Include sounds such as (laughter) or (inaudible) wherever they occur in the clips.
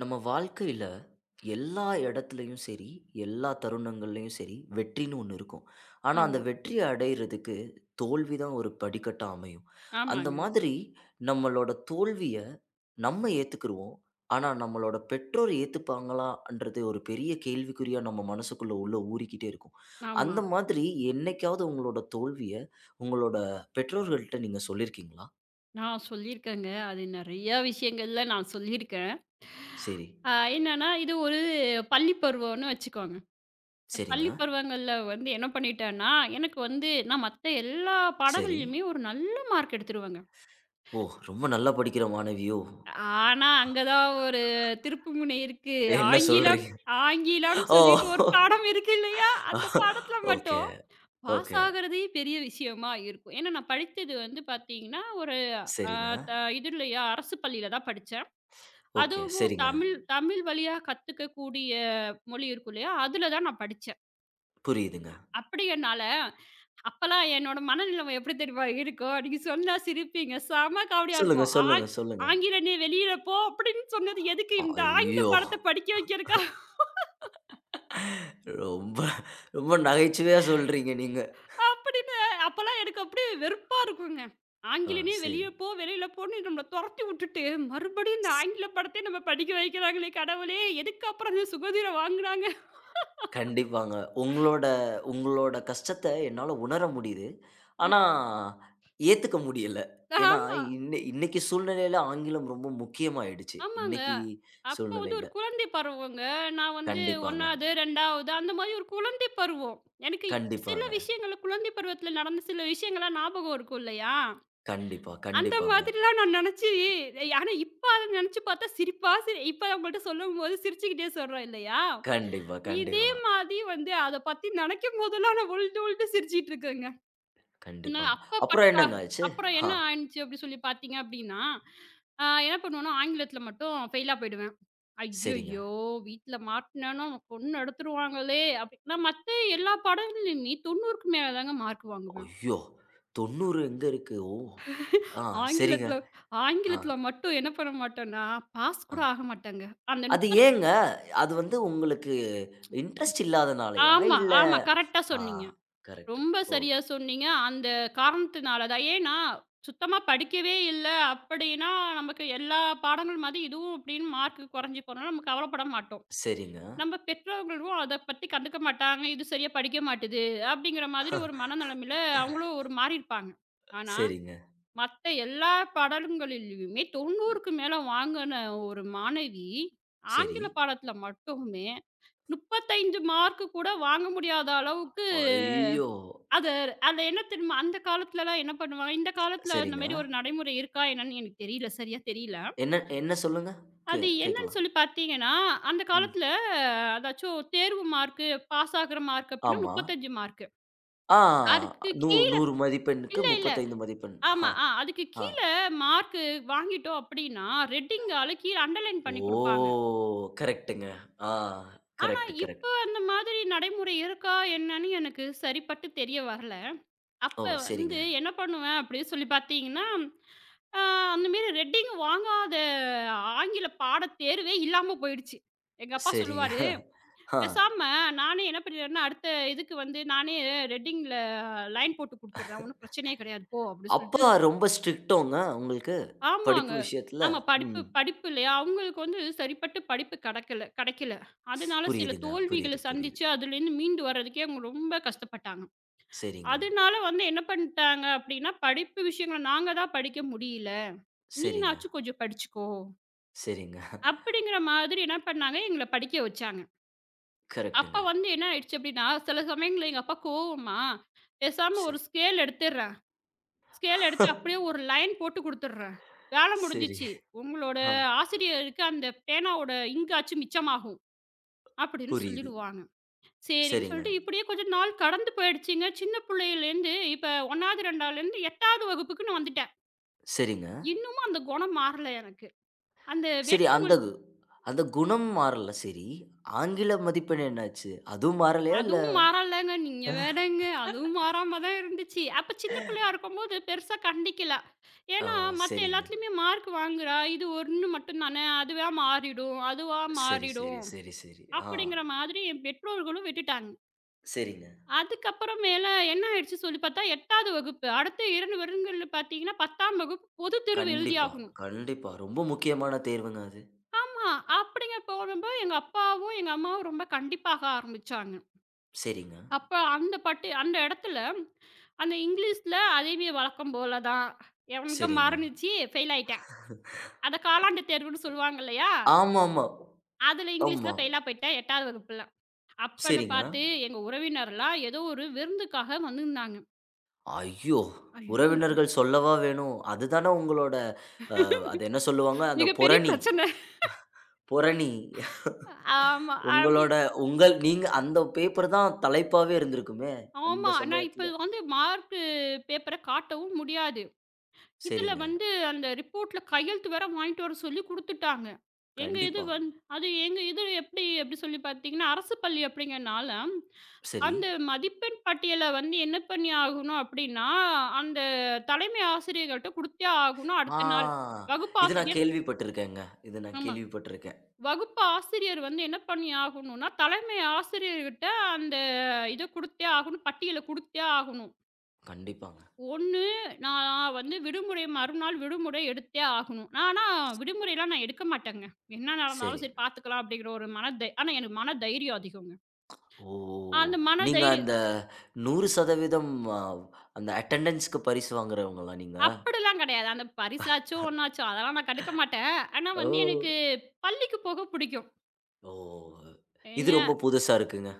நம்ம வாழ்க்கையில் எல்லா இடத்துலையும் சரி, எல்லா தருணங்கள்லையும் சரி, வெற்றின்னு ஒன்று இருக்கும். ஆனால் அந்த ஆமா. வெற்றியை அடையிறதுக்கு தோல்வி தான் ஒரு படிக்கட்டாக அமையும். அந்த ஆமாங்க. மாதிரி நம்மளோட தோல்வியை நம்ம ஏற்றுக்குருவோம். ஆனால் நம்மளோட பெற்றோர் ஏற்றுப்பாங்களான்றது ஒரு பெரிய கேள்விக்குறியாக நம்ம மனசுக்குள்ளே உள்ள ஊறிக்கிட்டே இருக்கும். ஆமா. அந்த மாதிரி என்னைக்காவது உங்களோட தோல்வியை உங்களோட பெற்றோர்கள்ட்ட நீங்கள் சொல்லியிருக்கீங்களா? நான் சொல்லியிருக்கேங்க. அது நெறையா விஷயங்கள்ல நான் சொல்லியிருக்கேன். சரி. என்னன்னா, இது ஒரு பள்ளி பருவம்னு வச்சுக்கோங்க. பள்ளி சரிங்க. பருவங்கள்ல வந்து என்ன பண்ணிட்டேன்னா, எனக்கு வந்து நான் மத்த எல்லா சரி. பாடங்கள்லயுமே ஒரு நல்ல மார்க் எடுத்துருவேங்க. ஓ, ரொம்ப நல்லா படிக்கிற மாணவியோ. ஆனா, அங்க தான் ஒரு திருப்புமுனை இருக்கு. என்ன ஆங்கிலம் சொல்றீங்க? ஆங்கிலம் சொல்லிட்டு ஒரு ஓ! பாடம் இருக்கு இல்லையா? அந்த பாடத்துல ஓகே, மட்டும் பாஸ் ஓகே. ஆகுறதே பெரிய விஷயமா இருக்கும். ஏன்னா, நான் படித்தது வந்து பார்த்தீங்கன்னா, ஒரு அ சரிங்க. த இதுலயா அரசு பள்ளியில தான் படிச்சேன். ஓகே, அதுவும் சரிங்க. தமிழ் தமிழ் வழியா கத்துக்கக்கூடிய மொழி இருக்கும் இல்லையா? அதுல தான் நான் படிச்சேன். புரியுதுங்க. அப்படிங்கிறனால, அப்பலாம் என்னோட மனநிலைமை எப்படி தெரியுமா இருக்கும்? நீங்க சொன்னா சிரிப்பீங்க. செம காமெடியா சொல்லுங்க, இருக்கும். சொல்லுங்க, சொல்லுங்க. ஆங்கில நீ வெளியில போ! அப்படின்னு சொன்னது எதுக்கு? இந்த ஆங்கில ஐயோ! படத்த படிக்க வைக்கிறக்கா? ரொம்ப ரொம்ப நகைச்சுவையா சொல்றீங்க நீங்க. அப்படின்னு அப்போலாம் எனக்கு அப்படியே வெறுப்பா இருக்குங்க. ஆ, ஆங்கிலமே சரி. வெளிய போ, வெளியில போன்னு நம்மள தொரத்தி விட்டுட்டு, மறுபடியும் இந்த ஸ் ஆங்கில படத்தையே நம்ம படிக்க வைக்கிறாங்களே கடவுளே! எதுக்கு அப்புறம் இந்த சுகதீரம் வாங்குனாங்க? கண்டிப்பாங்க. உங்களோட உங்களோட கஷ்டத்த என்னால உணர முடியுது. ஆனா, ஏத்துக்க முடியல. ஏன்னா, ஆமா. இன்னைக்கு சூழ்நிலையில ஆங்கிலம் ரொம்ப முக்கியமாயிடுச்சு. ஆமாங்க. இன்னைக்கு அப்போ வந்து சூழ்நிலையில. ஒரு குழந்தை பருவங்க. நான் வந்து கண்டிப்பாங்க, 1வது, 2வது அந்த மாரி ஒரு குழந்தை பருவம். எனக்கு சில கண்டிப்பாங்க. விஷயங்கள் குழந்தை பருவத்தில நடந்த சில விஷயங்கள்லாம் ஞாபகம் இருக்கும் இல்லையா? கண்டிப்பா, அந்த கண்டிப்பாங்க. மாதிரிலாம் நான் நெனச்சு ஆனா இப்ப அத நெனச்சு பார்த்தா சிரிப்பா இப்ப உங்கள்ட்ட சொல்லும்போது சிரிச்சுக்கிட்டே சொல்றோம் இல்லையா? கண்டிப்பா, இதே கண்டிப்பா, மாதிரி வந்து அத பத்தி நெனைக்கும் போதெல்லாம் நான் உருண்டு உருண்டு சிரிச்சுட்டு இருக்கேங்க. நான் கண்டிப்பாங்க. அப்ப அப்புறம் பட்டா என்னங்க ஆச்சு? அப்புறம் ஆ, என்ன ஆயிடுச்சு அப்டி சொல்லி பார்த்தீங்க அப்டின்னா, என்ன பண்ணுவேன்னா ஆங்கிலத்தில மட்டும் ஃபெயிலா போயிடுவேன். சரிங்க. ஐய்யய்யோ! வீட்ல மாட்டுனேன்னா கொன்னு எடுத்துருவாங்களே! அப்டி நான் மத்த எல்லா பாடங்கள்லயுமே 90க்கு மேல தாங்க மார்க் வாங்குவேன். ஐயோ! 90 எங்க இருக்கு? ஓ! ஆ, சரிங்க. ஆங்கிலத்துல ஆ, ஆங்கிலத்துல மட்டும் என்ன பண்ண மாட்டோம்னா, பாஸ் ஆ. கூட ஆக மாட்டாங்க. அந்த அது முப்பத் (laughs) ஏங்க? அது வந்து உங்களுக்கு இன்ட்ரெஸ்ட் இல்லாதனாலயா? ஆமா, இல்ல. ஆமா. கரெக்ட்டா ஆ, சொன்னீங்க. கரெக்ட். ரொம்ப சரியா ஓகே. சொன்னீங்க. அந்த காரணத்தினால தான். ஏன்னா, சுத்தமா படிக்கவே இல்ல அப்படின்னா, நமக்கு எல்லா பாடங்கள் மாரி இதுவும் அப்படின்னு மார்க் குறைஞ்சு போனாலும் நம்ம கவலைப்பட மாட்டோம். சரிங்க. நம்ம பெற்றோர்களும் அத பத்தி கண்டுக்க மாட்டாங்க. இது சரியா படிக்க மாட்டுது அப்படிங்கிற மாதிரி ஒரு (laughs) மனநிலைமையில அவங்களும் ஒரு மாறி இருப்பாங்க. ஆனா சரிங்க. மத்த எல்லா பாடல்களிலுமே 90க்கு மேல வாங்குன ஒரு மாணவி, சரி. ஆங்கில பாடத்துல மட்டுமே 35 மார்க் கூட வாங்க முடியாத அளவுக்கு ஐயோ! அது அதுல என்ன தெரியுமா? அந்த காலத்துலலாம் என்ன பண்ணுவாங்க, இந்த காலத்துல அந்த சரிங்க. மாரி ஒரு நடைமுறை இருக்கா என்னன்னு எனக்கு தெரியல. சரியா தெரியல. என்ன என்ன சொல்லுங்க? அது என்னன்னு கேட்கலாம். சொல்லி பார்த்தீங்கன்னா, அந்த ம். காலத்துல அதாச்சும் தேர்வு மார்க்கு, பாஸ் ஆகுற மார்க் அப்டின்னா ஆமா. 35 மார்க்கு. ஆ. அதுக்கு கீழ 100 மதிப்பெண்ணுக்கு இல்ல, இல்ல. 35 மதிப்பெண். ஆமா. ஆ, ஆ அதுக்கு ஆ. கீழ மார்க்கு வாங்கிட்டோம் அப்டின்னா, ரெட்டிங்கால கீழ அண்டர்லைன் பண்ணி குடுப்பாங்க. ஓ! கரெக்ட்டுங்க. ஆ, ஆனா, கரெக்ட், இப்ப கரெக்ட். அந்த மாதிரி நடைமுறை இருக்கா என்னன்னு எனக்கு சரிப்பட்டு தெரிய வரல. ஓ! அப்ப சரிங்க. வந்து என்ன பண்ணுவேன் அப்டின்னு சொல்லி பார்த்தீங்கன்னா, அ அந்த மாரி ரெட்டிங் வாங்காத ஆங்கில பாடத் தேர்வே இல்லாம போயிடுச்சு. எங்க அப்பா சரிங்க. சொல்லுவாரு, ஆ. "பேசாம நானே என்ன பண்ணிடுறேன்னா, அடுத்த இதுக்கு வந்து நானே ரெட்டிங்ல லைன் போட்டு குடுத்துடுறேன். ஒண்ணும் பிரச்சனையே கெடையாது போ" அப்டின்னு சொல்லிட்டு அப்பா ரொம்ப ஸ்ட்ரிக்ட்டோங்க உங்களுக்கு? படிப்பு ஆமாங்க. விஷயத்துல? ஆமா. படிப்பு ம். படிப்பு இல்லையா? அவங்களுக்கு வந்து சரிப்பட்டு படிப்பு கெடைக்கல கெடைக்கல. அதனால சில புரியுதுங்க. தோல்விகள புரியுது, புரியுது. சந்திச்சு அதுலேருந்து மீண்டு வர்றதுக்கே அவங்க ரொம்ப கஷ்டப்பட்டாங்க. சரிங்க, அதனால வந்து என்ன பண்ணிட்டாங்க அப்டின்னா, படிப்பு விஷயங்கள நாங்க தான் படிக்க முடியல. சரிங்க, நீனாச்சும் கொஞ்சம் படிச்சுக்கோ! சரிங்க. அப்படிங்கிற மாதிரி என்ன பண்ணாங்க, எங்கள படிக்க வச்சாங்க. அப்ப கரெக்ட்டுங்க. வந்து என்ன ஆயிடுச்சு அப்டின்னா, சில சமயங்கள்ல எங்க அப்பா கோவமா, பேசாம சரி. ஒரு ஸ்கேல் எடுத்துடுறேன். ஸ்கேல் எடுத்து அப்படியே (laughs) ஒரு லைன் போட்டு குடுத்துடுறேன். வேலை சரி. முடிஞ்சுச்சு. உங்களோட ஆ, ஆசிரியருக்கு அந்த பேனாவோட இங்க் ஆச்சு மிச்சமாகும். அப்படின்னு புரியுது. சொல்லிடுவாங்க. சரின்னு சரிங்க, சொல்லிட்டு இப்படியே கொஞ்சம் நாள் கடந்து போயிடுச்சுங்க. சின்ன பிள்ளையிலேருந்து இப்ப 1வது, 2வதுலேருந்து 8வது வகுப்புக்குன்னு வந்துட்டேன். சரிங்க. இன்னமும் அந்த குணம் மாறல எனக்கு. அந்த சரி. வேற்றுமொழி அந்த குணம் மாறல, சரி. ஆங்கில மதிப்பெண் என்னாச்சு? அதுவும் மாறலையா இல்ல? அதுவும் மாறலங்க. நீங்க வேறங்க. அதுவும் மாறாம தான் இருந்துச்சு. அப்ப சின்ன பிள்ளையா இருக்கும்போது பெருசா கண்டிக்கல. ஓ! ஏன்னா, மத்த சரிங்க. எல்லாத்துலயுமே மார்க் வாங்குறா. இது 1 மட்டும் தானே. அதுவா மாறிடும். அதுவா சரி, சரி, மாறிடும். சரி, சரி. ஆ. அப்படிங்கிற மாதிரி என் பெற்றோர்களும் விட்டுட்டாங்க. சரிங்க. அதுக்கப்புறமேல என்ன ஆயிடுச்சு சொல்லி பார்த்தா 8வது வகுப்பு. அடுத்த 2 வருடங்கள்ல பார்த்தீங்கன்னா, 10ஆம் வகுப்பு பொதுத் தேர்வு கண்டிப்பா, எழுதியாகணும். கண்டிப்பா. ரொம்ப முக்கியமான தேர்வுங்க அது. ஆமா. அப்படிங்க போகும்போது எங்க அப்பாவும், எங்க அம்மாவும் ரொம்ப கண்டிப்பாக ஆரம்பிச்சாங்க. சரிங்க, அப்ப அந்த பட்டு அந்த இடத்துல, அந்த இங்கிலீஷ்ல அதேவே வழக்கம் போல தான். எனக்கு சரிங்க. மறந்துச்சு, ஃபெயில் ஆயிட்டேன். அத காலாண்டு தேர்வுன்னு சொல்லுவாங்க இல்லையா? ஆமாமா. ஆமா. அதுல இங்கிலீஷ்ல ஆமா. ஃபெயிலா போயிட்டேன் 8வது வகுப்புல. அப்பன்னு சரிங்க. பார்த்து எங்க உறவினர்லாம் ஏதோ ஒரு விருந்துக்காக வந்திருந்தாங்க. ஐயோ! ஐயோ! உறவினர்கள் சொல்லவா வேணும்? அதுதானே உங்களோட. அ அது என்ன சொல்லுவாங்க? அந்த மிகப்பெரிய பொறணி. பிரச்சனை. பொறணி. ஆமா. அப்படி உங்களோட உங்கள் நீங்க அந்த பேப்பர் தான் தலைப்பாவே இருந்திருக்குமே ஆமா. அந்த நான் சமயத்துல! இப்ப வந்து மார்க்கு பேப்பர காட்டவும் முடியாது. இதுல சரிங்க. வந்து அந்த ரிப்போர்ட்ல கையெழுத்து வேற வாங்கிட்டு வர சொல்லி குடுத்துட்டாங்க. எங்க இது கண்டிப்பா. வந் அது எங்க இது எப்படி அப்படி சொல்லி பார்த்தீங்கன்னா, அரசு பள்ளி அப்படிங்கிறனால, சரி. அந்த மதிப்பெண் பட்டியல வந்து என்ன பண்ணி ஆகணும் அப்படின்னா, அந்த தலைமை ஆசிரியர்கள்ட்ட குடுத்தே ஆகணும் அடுத்த நாள். ஆ, வகுப்பு இது நான் ஆசிரியர் கேள்விப்பட்டிருக்கேங்க. இது நான் ஆமா. கேள்விப்பட்டிருக்கேன். வகுப்பு ஆசிரியர் வந்து என்ன பண்ணி ஆகணும்னா, தலைமை ஆசிரியர்கிட்ட அந்த இத குடுத்தே ஆகணும், பட்டியல குடுத்தே ஆகணும். கண்டிப்பாங்க. ஒண்ணு நான் வந்து விடுமுறை மறுநாள் விடுமுறை எடுத்தே ஆகணும். நான் ஆனா விடுமுறைலாம் நான் எடுக்க மாட்டேங்க. என்ன சரி. நடந்தாலும் சரி பார்த்துக்கலாம் அப்படிங்கிற ஒரு மன தை ஆனா எனக்கு மன தைரியம் அதிகங்க. ஓ! அந்த மன நீங்க அந்த தைரியம் 100% அ அந்த அட்டெண்டன்ஸ்க்கு பரிசு வாங்குறவங்களா நீங்க? அப்படிலாம் கிடையாது. அந்த பரிசாச்சும் ஒண்ணாச்சும் அதெல்லாம் நான் கண்டுக்க மாட்டேன். ஆனா ஓ! வந்து எனக்கு பள்ளிக்கு போக பிடிக்கும். ஓ! இது என்ன ரொம்ப புதுசா இருக்குங்க.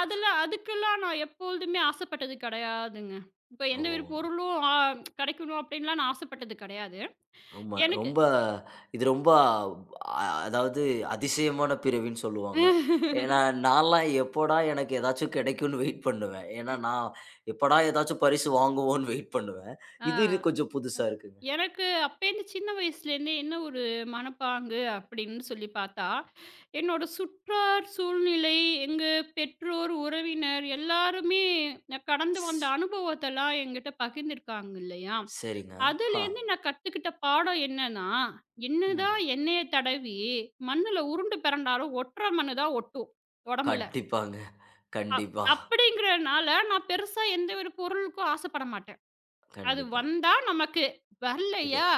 அதெல்லாம் அதுக்கெல்லாம் நான் எப்பொழுதுமே ஆசைப்பட்டது கிடையாதுங்க. இப்ப எந்த ஒரு ஓ! பொருளும் ஆ கிடைக்கணும் அப்படின்லாம் நான் ஆசைப்பட்டது கிடையாது. ஆமா. எனக்கு ரொம்ப. இது ரொம்ப அ அதாவது அதிசயமான பிறவின்னு சொல்லுவாங்க. ஏன்னா, (laughs) நான்லாம் எப்போடா எனக்கு ஏதாச்சும் கிடைக்கும்னு வெயிட் பண்ணுவேன். ஏன்னா, நான் எப்படா ஏதாச்சும் பரிசு வாங்குவோம்ன்னு வெயிட் பண்ணுவேன். இது இது ஆ. கொஞ்சம் புதுசா இருக்குங்க. எனக்கு அப்பேருந்து சின்ன வயசுலேருந்தே என்ன ஒரு மனப்பாங்கு அப்படின்னு சொல்லி பார்த்தா, என்னோட சுற்றார், சூழ்நிலை, எங்க பெற்றோர், உறவினர் எல்லாருமே நான் கடந்து ஸ் வந்த அனுபவத்தெல்லாம் என்கிட்ட பகிர்ந்திருக்காங்க இல்லையா? சரிங்க. ஆ. அதுலேருந்து நான் கத்துக்கிட்ட பாடம் என்னன்னா, ம். என்னதான் எண்ணெய தடவி மண்ணுல உருண்டு பெரண்டாலும் ஒட்டுற மண்ணு தான் ஒட்டும், உடம்புல. கண்டிப்பாங்க. அப் கண்டிப்பா, அப்படிங்கிறனால நான் பெருசா எந்த ஒரு பொருளுக்கும் ஆசைப்பட மாட்டேன். அது கண்டிப்பா. வந்தா நமக்கு, இது வரலையா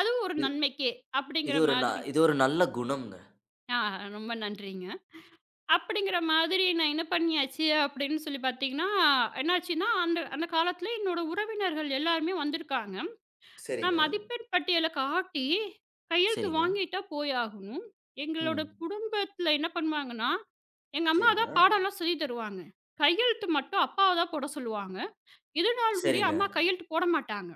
அதுவும் ஒரு இது நன்மைக்கே இது அப்படிங்கிற ஒரு ந மாதிரி. இது ஒரு நல்ல குணம்ங்க. ஆ ரொம்ப நன்றிங்க. அப்படிங்கிற மாதிரி நான் என்ன பண்ணியாச்சு அப்படின்னு சொல்லி பார்த்தீங்கன்னா, என்னாச்சுன்னா அந்த அந்த காலத்தில என்னோட உறவினர்கள் எல்லாருமே வந்திருக்காங்க. சரிங்க. நான் மதிப்பெண் பட்டியல காட்டி கையெழுத்து சரிங்க. வாங்கிட்டா போய் ஆகணும். எங்களோட ம். குடும்பத்தில என்ன பண்ணுவாங்கன்னா, எங்க அம்மா சரிங்க. தான் பாடம்லாம் சொல்லித் தருவாங்க. கையெழுத்து மட்டும் அப்பாவ தான் போட சொல்லுவாங்க. இதுநாள் முடிய சரிங்க. அம்மா கையெழுத்து போட மாட்டாங்க.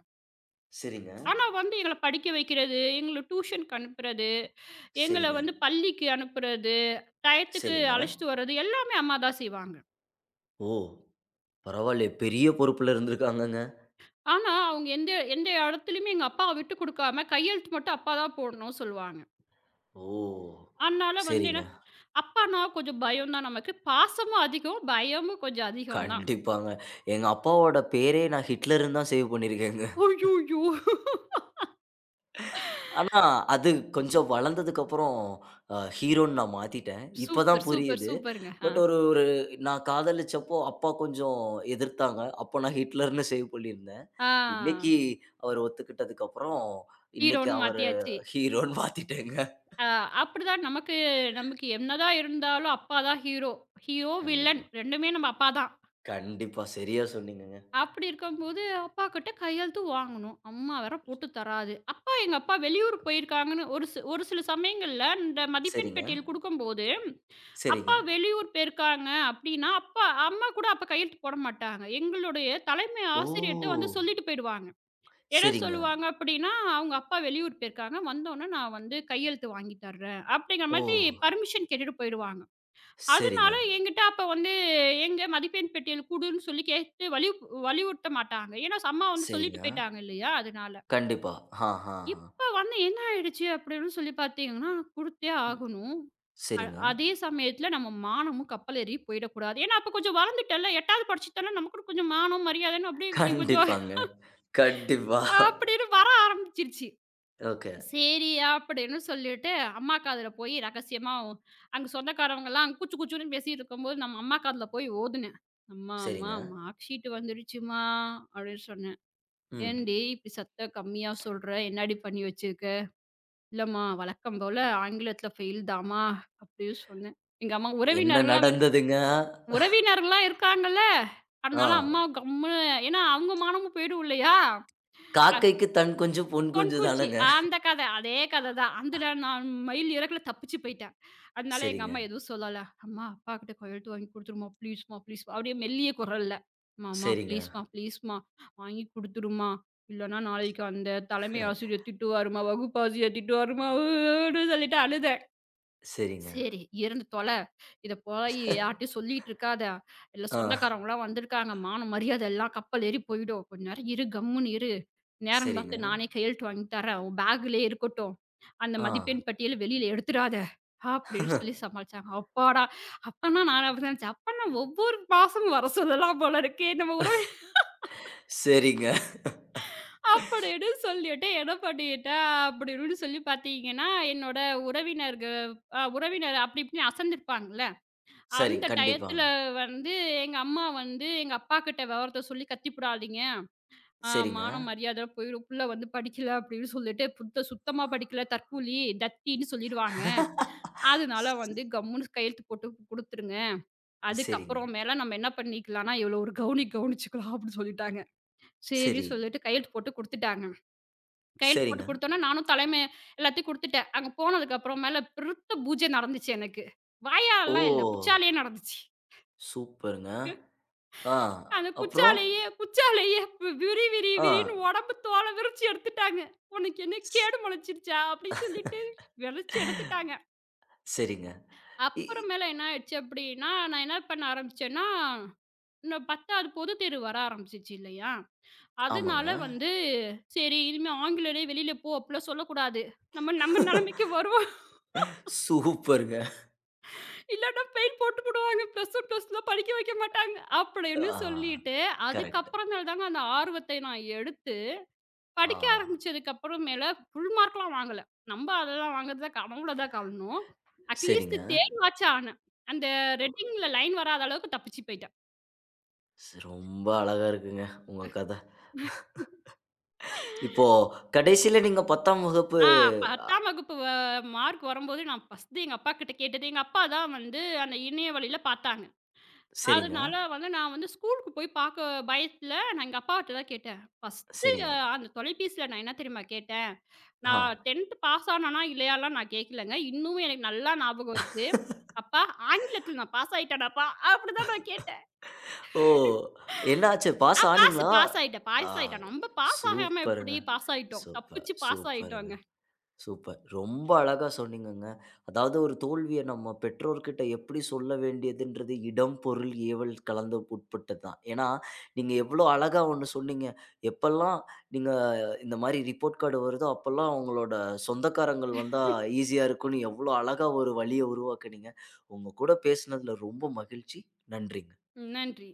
சரிங்க. சரிங்க. ஆனா வந்து எங்கள படிக்க வைக்கிறது, எங்கள டியூஷனுக்கு அனுப்புறது, எங்கள சரிங்க. வந்து பள்ளிக்கு அனுப்புறது, டயத்துக்கு சரிங்க. அழைச்சிட்டு வர்றது எல்லாமே அம்மா தான் செய்வாங்க. ஓ! பரவாயில்லையே, பெரிய பொறுப்புல இருந்திருக்காங்கங்க. ஆனா, அவங்க எந்த எந்த இடத்துலயுமே எங்க அப்பாவ விட்டு குடுக்காம கையெழுத்து மட்டும் அப்பா தான் போடணும்னு சொல்லுவாங்க. ஓ! அதனால வந்து என்ன சரிங்க. அப்பான்னா கொஞ்சம் பயம் தான் நமக்கு. பாசமும் அதிகம், பயமும் கொஞ்சம் அதிகம் தான். கண்டிப்பாங்க. எங்க அப்பாவோட பேரே நான் ஹிட்லர்ன்னு தான் சேவ் பண்ணியிருக்கேங்க. அய்யய்யோ! (laughs) ஆனா, அது கொஞ்சம் வளர்ந்ததுக்கப்புறம் ஹீரோன்னு நான் மாத்திட்டேன். இப்ப தான் சூப்பர், சூப்பர், புரியுது. சூப்பருங்க. ஆ. பட் ஒரு ஒரு நான் காதலிச்சப்போ அப்பா கொஞ்சம் எதிர்த்தாங்க. அப்போ நான் ஹிட்லர்ன்னு சேவ் பண்ணியிருந்தேன். ஆ. இன்னைக்கு அவர் ஒத்துக்கிட்டதுக்கப்புறம், இன்னைக்கு ஹீரோன்னு அவர மாத்தியாச்சு. ஹீரோன்னு மாத்திட்டேங்க. அ அப்படிதான் நமக்கு நமக்கு என்னதான் இருந்தாலும் அப்பா தான் ஹீரோ. ஹீரோ, கண்டிப்பா. வில்லன் 2மே நம்ம அப்பா தான். கண்டிப்பா. சரியா சொன்னீங்கங்க. அப்படி இருக்கும்போது அப்பாகிட்ட கையெழுத்து வாங்கணும். அம்மா வேற போட்டு தராது. அப்பா எங்க அப்பா வெளியூர் போயிருக்காங்கன்னு ஒரு சில சமயங்கள்ல இந்த மதிப்பெண் சரிங்க. பெட்டியல் குடுக்கும்போது, சரிங்க. அப்பா வெளியூர் போயிருக்காங்க அப்படின்னா, அப்பா அம்மா கூட அப்ப கையெழுத்து போட மாட்டாங்க. எங்களுடைய தலைமை ஓ! ஆசிரியர்ட்ட வந்து சொல்லிட்டு போயிடுவாங்க. என்ன சரிங்க. சொல்லுவாங்க அப்படின்னா, அவங்க அப்பா வெளியூர் போயிருக்காங்க. வந்தோனே நான் வந்து கையெழுத்து வாங்கி தர்றேன். அப்படிங்கிற ஓ! மாதிரி பர்மிஷன் கேட்டுட்டு போயிடுவாங்க. சரிங்க, அதனால என்கிட்ட அப்ப வந்து எங்க மதிப்பெண் பெட்டியல் குடுன்னு சொல்லி கேட்டு வலியுறுத்த மாட்டாங்க. ஏன்னா அம்மா வந்து சொல்லிட்டு சரிங்க. போயிட்டாங்க இல்லையா? அதனால. கண்டிப்பா. ஆ, ஆ, ஆ. இப்ப வந்து என்ன ஆயிடுச்சு அப்படின்னு சொல்லி பார்த்தீங்கன்னா, குடுத்தே ம். ஆகணும். அ சரிங்க. அதே சமயத்துல நம்ம மானமும் கப்பல் ஏறி போயிடக்கூடாது. ஏன்னா அப்ப கொஞ்சம் வளர்ந்துட்டேன்ல. 8வது படிச்சுட்டேன்ல. நமக்கு கொஞ்சம் மானம், மரியாதைன்னு அப்படியே கொஞ்சம் கண்டிப்பாங்க. கண்டிப்பா. (laughs) அப்படின்னு வர ஆரம்பிச்சிருச்சு. ஓகே. சரி அப்படின்னு சொல்லிட்டு அம்மா காதுல போய் ரகசியமா அங்க சொந்தக்காரவங்கலாம் குச்சு குச்சுன்னு பேசிட்டு இருக்கும்போது நம்ம அம்மா காதுல போய் ஓதுனேன். "அம்மா, அம்மா சரிங்க. மார்க் ஷீட் வந்துடுச்சும்மா" அப்படின்னு சொன்னேன். "ஏன்டி ம். இப்படி சத்தம் கம்மியா சொல்ற? என்னாடி பண்ணி வச்சிருக்க?" "இல்லம்மா வழக்கம் போல ஆங்கிலத்துல ஃபெயில் தாம்மா" அப்படின்னு சொன்னேன். எங்க அம்மா என்ன உறவினர்லாம் வேற நடந்ததுங்க? உறவினர்லாம் இருக்காங்கல்ல, ஆ. அதனால அம்மா கம்முனு ஏன்னா அவங்க மானமும் போயிடும் இல்லையா? காக்கைக்கு தன் குஞ்சு, பொன் குஞ்சு தொன்குச்சி. தானங்க. அந்த கத. அதே கத தான். அதுல நான் மயில் இறகுல தப்பிச்சு போயிட்டேன். அதனால எங்க சரிங்க, அம்மா எதுவும் சொல்லல. "அம்மா, அப்பாகிட்ட கையெழுத்து வாங்கி குடுத்துருமா ப்ளீஸ்மா, ப்ளீஸ்மா" அப்படியே மெல்லிய குரல்ல. "அம்மா, அம்மா சரிங்க. ப்ளீஸ்மா, ப்ளீஸ்மா வாங்கி குடுத்துருமா. இல்லன்னா நாளைக்கு அந்த தலைமை ஆசிரியர் திட்டுவாரும்மா, வகுப்பாசிரியர் திட்டுவாரும்மா" ன்னு சொல்லிட்டு அழுதேன். சரிங்க. சரி, இருந்து தொல. இத போய் யார்ட்டயும் சொல்லிட்டு இருக்காத. இல்ல ஆ. சொந்தக்காரவங்கலாம் வந்திருக்காங்க. மான, மரியாதை எல்லாம் கப்பல் ஏறி போயிடும். கொஞ்ச நேரம் இரு, கம்முன்னு இரு. நேரம் பார்த்து சரிங்க. நானே கையெழுத்து வாங்கி தரேன். உன் பேக்லயே இருக்கட்டும். அந்த ஆ. மதிப்பெண் பட்டியல வெளியில எடுத்துடாத." அப்படின்னு சொல்லி சமாளிச்சாங்க. அப்பாடா! அப்பன்னா நான் அப்படி நினைச்சேன். அப்பன்னா ஒவ்வொரு மாசமும் வர சொல்லலாம் போல இருக்கே நம்ம உறவு சரிங்க. அப்படின்னு சொல்லிட்டு என்ன பண்ணிட்டேன் அப்படின்னு சொல்லி பார்த்தீங்கன்னா, என்னோட உறவினர்கள் உறவினர் அப்படி இப்படின்னு அசந்திருப்பாங்கல்ல. சரி. அந்த கண்டிப்பாங்க. டயத்துல வந்து எங்க அம்மா வந்து, எங்க அப்பாகிட்ட விவரத்த சொல்லி கத்திப்புடாதீங்க. ஆ சரிங்க. மானம், மரியாதை போயிரும். புள்ள வந்து படிக்கல அப்படின்னு சொல்லிட்டு, புத்த சுத்தமா படிக்கல, தற்கூலி, தத்தின்னு சொல்லிருவாங்க. அதனால ச வந்து கம்முன்னு கையெழுத்து போட்டு குடுத்துருங்க. சரிங்க. அதுக்கப்புறம் மேல நம்ம என்ன பண்ணிக்கலாம்னா, இவ்வளோ ஒரு கவனி கவனிச்சுக்கலாம் அப்படின்னு சொல்லிட்டாங்க. சரி சரி. சொல்லிட்டு கையெழுத்து போட்டு குடுத்துட்டாங்க. கையெழுத்து போட்டு சரிங்க. குடுத்தோனே, நானும் தலைமை எல்லாத்தையும் குடுத்துட்டேன். அங்க போனதுக்கு அப்புறம் மேல பெருத்த பூஜை நடந்துச்சு எனக்கு. ஓ! வாயாலலாம் இல்ல, புச்சாலயே நடந்துச்சு. சூப்பருங்க. ஆ, அந்த அப்புறம்? குச்சாலேயே குச்சாலேயே விரி விரி ஆ. விரின்னு உடம்பு தோலை விரிச்சு எடுத்துட்டாங்க உனக்கு என்ன ஸ் கேடு முளைச்சிருச்சா அப்படின்னு சொல்லிட்டு விளைச்சு எடுத்துட்டாங்க சரிங்க. இ அப்புறமேல என்ன ஆயிடுச்சு அப்படின்னா நான் என்ன பண்ண ஆரம்பிச்சேன்னா இன்னும் 10வது பொது தேர்வு வர ஆரம்பிச்சிச்சு இல்லையா ஆமாங்க. அதனால வந்து சரி இனிமே ஆங்கிலேயே வெளியில போ அப்படிலாம் சொல்லக்கூடாது நம்ம நம்ம நிலைமைக்கு வருவோம் சூப்பருங்க. இல்லைன்னா பெயின் போட்டு விடுவாங்க ப்ளஸ் ஒன் ப்ளஸ் படிக்க வைக்க மாட்டாங்க ஆ, அப்படின்னு சொல்லிட்டு கரெக்ட். அதுக்கப்புறமேல தாங்க அந்த ஆர்வத்தை நான் எடுத்து ஆ, படிக்க ஆரம்பிச்சதுக்கு அப்புறமேல ஃபுல் மார்க்லாம் வாங்கல. நம்ப அதெல்லாம் வாங்குறத கனவுல தான் காணோம். அட்லீஸ்ட் சரிங்க. தேர்வாச்சும் ஆனேன். அந்த ரெட்டிங்ல லைன் வராத அளவுக்கு தப்பிச்சு போயிட்டேன். ரொம்ப அழகா இருக்குங்க உங்க கதை. இப்போ கடைசியில நீங்க 10ஆம் வகுப்பு. ஆ 10ஆம் வகுப்பு மார்க் வரும்போது நான் ஃபர்ஸ்ட் எங்க அப்பா கிட்ட கேட்டது, எங்க அப்பா தான் வந்து அந்த இணைய வழியில பார்த்தாங்க. சரிங்க, அதனால வந்து நான் வந்து ஸ்கூலுக்கு போய் பார்க்க பயத்துல நான் எங்க அப்பாட்ட தான் கேட்டேன். ஃபர்ஸ்ட் சரிங்க. அந்த தொலைபேசியில நான் என்ன தெரியுமா கேட்டேன்? ஆ. நான் 10ஆம் பாஸ் ஆனனா இல்லையான்லாம் நான் கேட்கலங்க. இன்னமும் எனக்கு நல்லா ஞாபகம் இருக்கு. அப்பா, ஆங்கிலத்தில நான் பாஸ் ஆயிட்டேனாப்பா! அப்படிதான் நான் கேட்டேன். ஓ! என்ன ஆச்சு? பாஸ் ஆ பாஸு ஆனீங்களா? பாஸ் ஆயிட்டேன், ஆ, பாஸ் ஆயிட்டேன். நம்ப பாஸ் ஆகாம எப்படி சூப்பருங்க. பாஸ் ஆயிட்டோம். சூப்பர், தப்பிச்சு பாஸ் சூப்பருங்க. ஆயிட்டோங்க. சூப்பர். ரொம்ப அழகா சொன்னீங்கங்க. அதாவது ஒரு தோல்விய நம்ம பெற்றோர்கிட்ட எப்படி சொல்ல வேண்டியதுன்றது இடம், பொருள், ஏவல் கலந்து உட்பட்டது தான். ஏன்னா, நீங்க எவ்வளோ அழகா ஒண்ணு சொன்னீங்க. எப்பல்லாம் நீங்க இந்த மாரி ரிப்போர்ட் கார்டு வருதோ, அப்பல்லாம் உங்களோட சொந்தக்காரங்கள் வந்தா ஈஸியா இருக்கும்னு எவ்வளோ அழகா ஒரு வழிய உருவாக்குனீங்க. உங்க கூட பேசினதுல ரொம்ப மகிழ்ச்சி. நன்றிங்க. நன்றி.